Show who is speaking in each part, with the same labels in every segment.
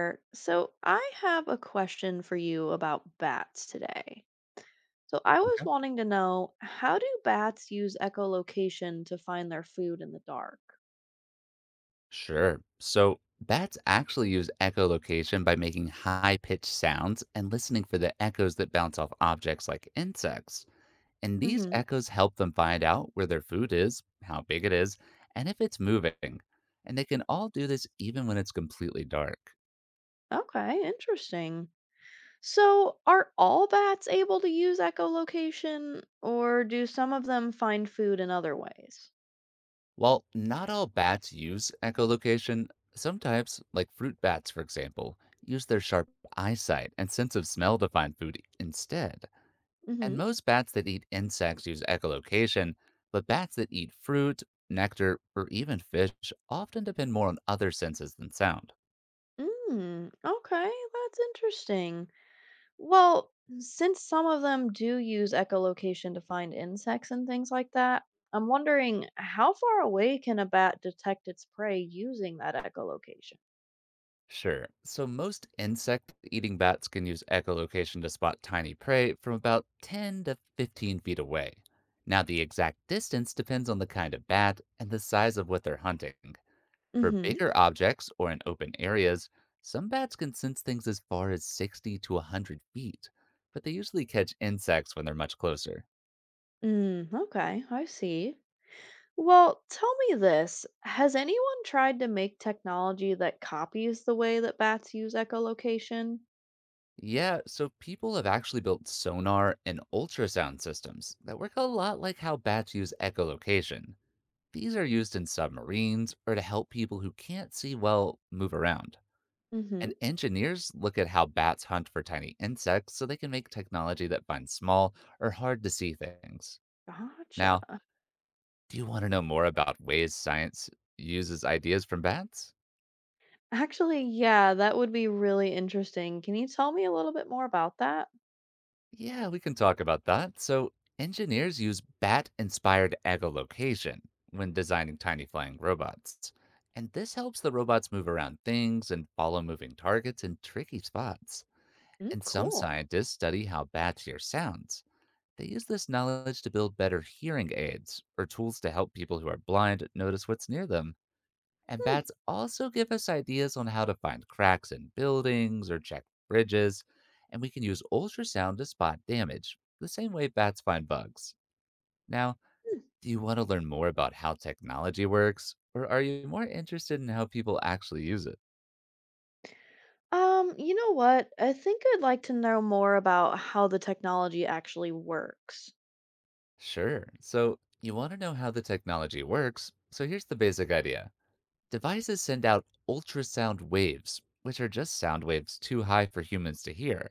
Speaker 1: So, I have a question for you about bats today. I was
Speaker 2: Okay.
Speaker 1: wanting to know, how do bats use echolocation to find their food in the dark?
Speaker 2: Sure. So bats actually use echolocation by making high pitched sounds and listening for the echoes that bounce off objects like insects. And these
Speaker 1: Hmm.
Speaker 2: echoes help them find out where their food is, how big it is, and if it's moving. And they can all do this even when it's completely dark.
Speaker 1: Okay, interesting. So, are all bats able to use echolocation, or do some of them find food in other ways?
Speaker 2: While not all bats use echolocation, some types, like fruit bats for example, use their sharp eyesight and sense of smell to find food instead.
Speaker 1: Mm-hmm.
Speaker 2: And most bats that eat insects use echolocation, but bats that eat fruit, nectar, or even fish often depend more on other senses than sound.
Speaker 1: Mm, okay, that's interesting. Well, since some of them do use echolocation to find insects and things like that, I'm wondering, how far away can a bat detect its prey using that echolocation?
Speaker 2: Sure. So most insect eating bats can use echolocation to spot tiny prey from about 10 to 15 feet away. Now, the exact distance depends on the kind of bat and the size of what they're hunting. For
Speaker 1: Mm-hmm.
Speaker 2: bigger objects or in open areas, some bats can sense things as far as 60 to 100 feet, but they usually catch insects when they're much closer.
Speaker 1: Mm, okay, I see. Well, tell me this. Has anyone tried to make technology that copies the way that bats use echolocation?
Speaker 2: Yeah, so people have actually built sonar and ultrasound systems that work a lot like how bats use echolocation. These are used in submarines or to help people who can't see well move around.
Speaker 1: Mm-hmm.
Speaker 2: And engineers look at how bats hunt for tiny insects so they can make technology that finds small or hard to see things.
Speaker 1: Gotcha.
Speaker 2: Now, do you want to know more about ways science uses ideas from bats?
Speaker 1: Actually, yeah, that would be really interesting. Can you tell me a little bit more about that?
Speaker 2: Yeah, we can talk about that. So, engineers use bat inspired echolocation when designing tiny flying robots. And this helps the robots move around things and follow moving targets in tricky spots.
Speaker 1: Mm,
Speaker 2: And some
Speaker 1: cool.
Speaker 2: scientists study how bats hear sounds. They use this knowledge to build better hearing aids or tools to help people who are blind notice what's near them. And
Speaker 1: Hmm.
Speaker 2: bats also give us ideas on how to find cracks in buildings or check bridges, and we can use ultrasound to spot damage, the same way bats find bugs. Now, do you want to learn more about how technology works, or are you more interested in how people actually use it?
Speaker 1: You know what? I think I'd like to know more about how the technology actually works.
Speaker 2: Sure. So, you want to know how the technology works, so here's the basic idea: devices send out ultrasound waves, which are just sound waves too high for humans to hear.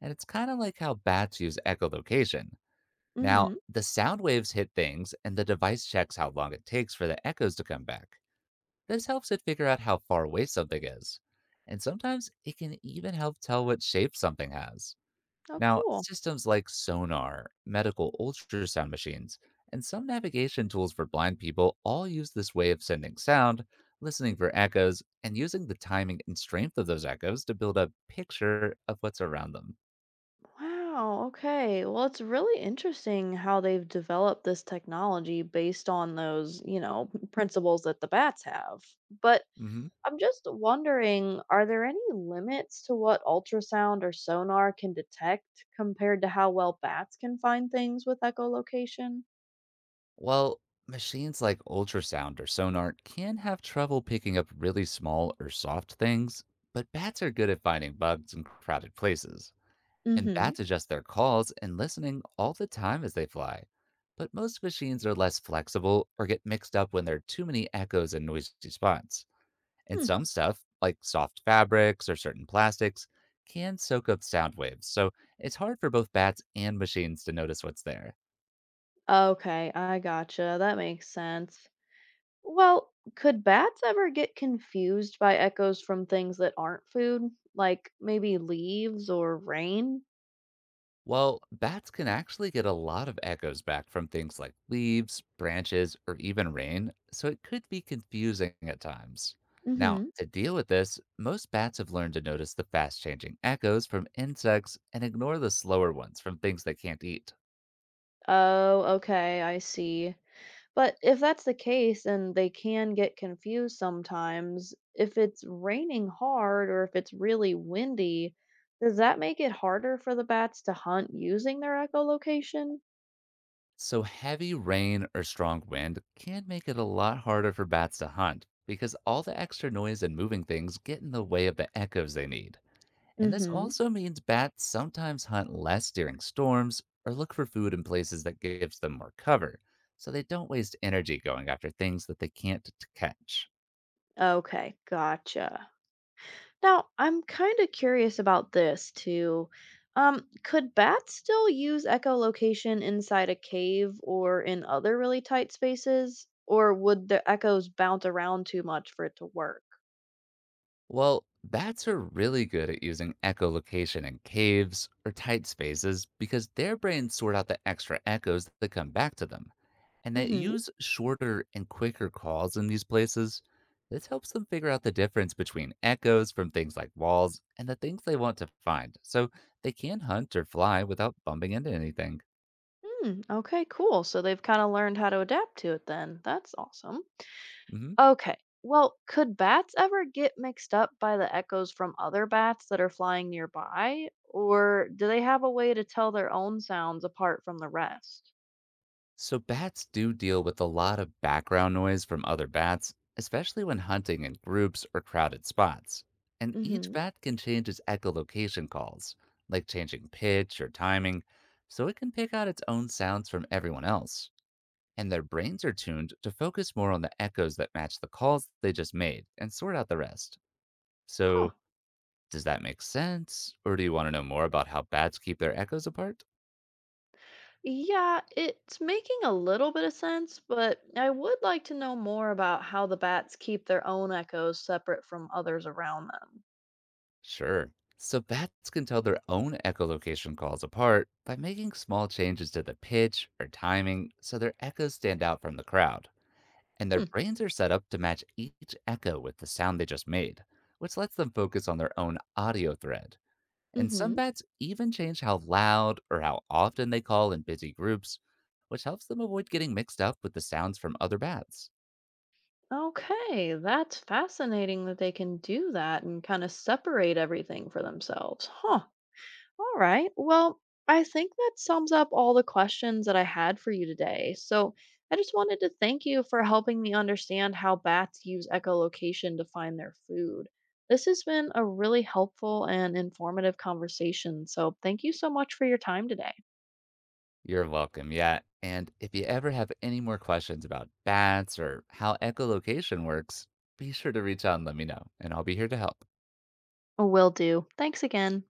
Speaker 2: And it's kind of like how bats use echolocation. Now,
Speaker 1: Mm-hmm.
Speaker 2: the sound waves hit things, and the device checks how long it takes for the echoes to come back. This helps it figure out how far away something is. And sometimes it can even help tell what shape something has.
Speaker 1: Oh,
Speaker 2: Now,
Speaker 1: cool.
Speaker 2: systems like sonar, medical ultrasound machines, and some navigation tools for blind people all use this way of sending sound, listening for echoes, and using the timing and strength of those echoes to build a picture of what's around them.
Speaker 1: Wow. Okay. Well, it's really interesting how they've developed this technology based on those, you know, principles that the bats have. But
Speaker 2: Hmm.
Speaker 1: I'm just wondering, are there any limits to what ultrasound or sonar can detect compared to how well bats can find things with echolocation?
Speaker 2: Well, machines like ultrasound or sonar can have trouble picking up really small or soft things, but bats are good at finding bugs in crowded places. And
Speaker 1: Mm-hmm.
Speaker 2: bats adjust their calls and listening all the time as they fly. But most machines are less flexible or get mixed up when there are too many echoes and noisy spots. And
Speaker 1: Hmm.
Speaker 2: some stuff, like soft fabrics or certain plastics, can soak up sound waves, so it's hard for both bats and machines to notice what's there.
Speaker 1: Okay, I gotcha. That makes sense. Well, could bats ever get confused by echoes from things that aren't food, like maybe leaves or rain?
Speaker 2: Well, bats can actually get a lot of echoes back from things like leaves, branches, or even rain, so it could be confusing at times. Now,
Speaker 1: Mm-hmm.
Speaker 2: to deal with this, most bats have learned to notice the fast changing echoes from insects and ignore the slower ones from things they can't eat.
Speaker 1: Oh, okay, I see. But if that's the case and they can get confused sometimes, if it's raining hard or if it's really windy, does that make it harder for the bats to hunt using their echolocation?
Speaker 2: So, heavy rain or strong wind can make it a lot harder for bats to hunt because all the extra noise and moving things get in the way of the echoes they need. And this
Speaker 1: Mm-hmm.
Speaker 2: also means bats sometimes hunt less during storms or look for food in places that gives them more cover, so they don't waste energy going after things that they can't t- catch.
Speaker 1: Okay, gotcha. Now, I'm kind of curious about this too. Could bats still use echolocation inside a cave or in other really tight spaces, or would the echoes bounce around too much for it to work?
Speaker 2: Well, bats are really good at using echolocation in caves or tight spaces because their brains sort out the extra echoes that come back to them, and they
Speaker 1: Mm-hmm.
Speaker 2: use shorter and quicker calls in these places. This helps them figure out the difference between echoes from things like walls and the things they want to find, so they can hunt or fly without bumping into anything.
Speaker 1: Mm, okay, cool. So they've kind of learned how to adapt to it then. That's awesome.
Speaker 2: Hmm.
Speaker 1: Okay. Well, could bats ever get mixed up by the echoes from other bats that are flying nearby, or do they have a way to tell their own sounds apart from the rest?
Speaker 2: So, bats do deal with a lot of background noise from other bats, especially when hunting in groups or crowded spots. And each
Speaker 1: Mm-hmm.
Speaker 2: bat can change its echolocation calls, like changing pitch or timing, so it can pick out its own sounds from everyone else, and their brains are tuned to focus more on the echoes that match the calls they just made and sort out the rest.
Speaker 1: Huh.
Speaker 2: So, does that make sense? Or do you want to know more about how bats keep their echoes apart?
Speaker 1: Yeah, it's making a little bit of sense, but I would like to know more about how the bats keep their own echoes separate from others around them.
Speaker 2: Sure. So, bats can tell their own echolocation calls apart by making small changes to the pitch or timing so their echoes stand out from the crowd. And their
Speaker 1: Hmm.
Speaker 2: brains are set up to match each echo with the sound they just made, which lets them focus on their own audio thread. And some
Speaker 1: Mm-hmm.
Speaker 2: bats even change how loud or how often they call in busy groups, which helps them avoid getting mixed up with the sounds from other bats.
Speaker 1: Okay, that's fascinating that they can do that and kind of separate everything for themselves. Huh. All right. Well, I think that sums up all the questions that I had for you today. So I just wanted to thank you for helping me understand how bats use echolocation to find their food. This has been a really helpful and informative conversation. So thank you so much for your time today.
Speaker 2: You're welcome, yeah. And if you ever have any more questions about bats or how echolocation works, be sure to reach out and let me know, and I'll be here to help.
Speaker 1: Will do. Thanks again.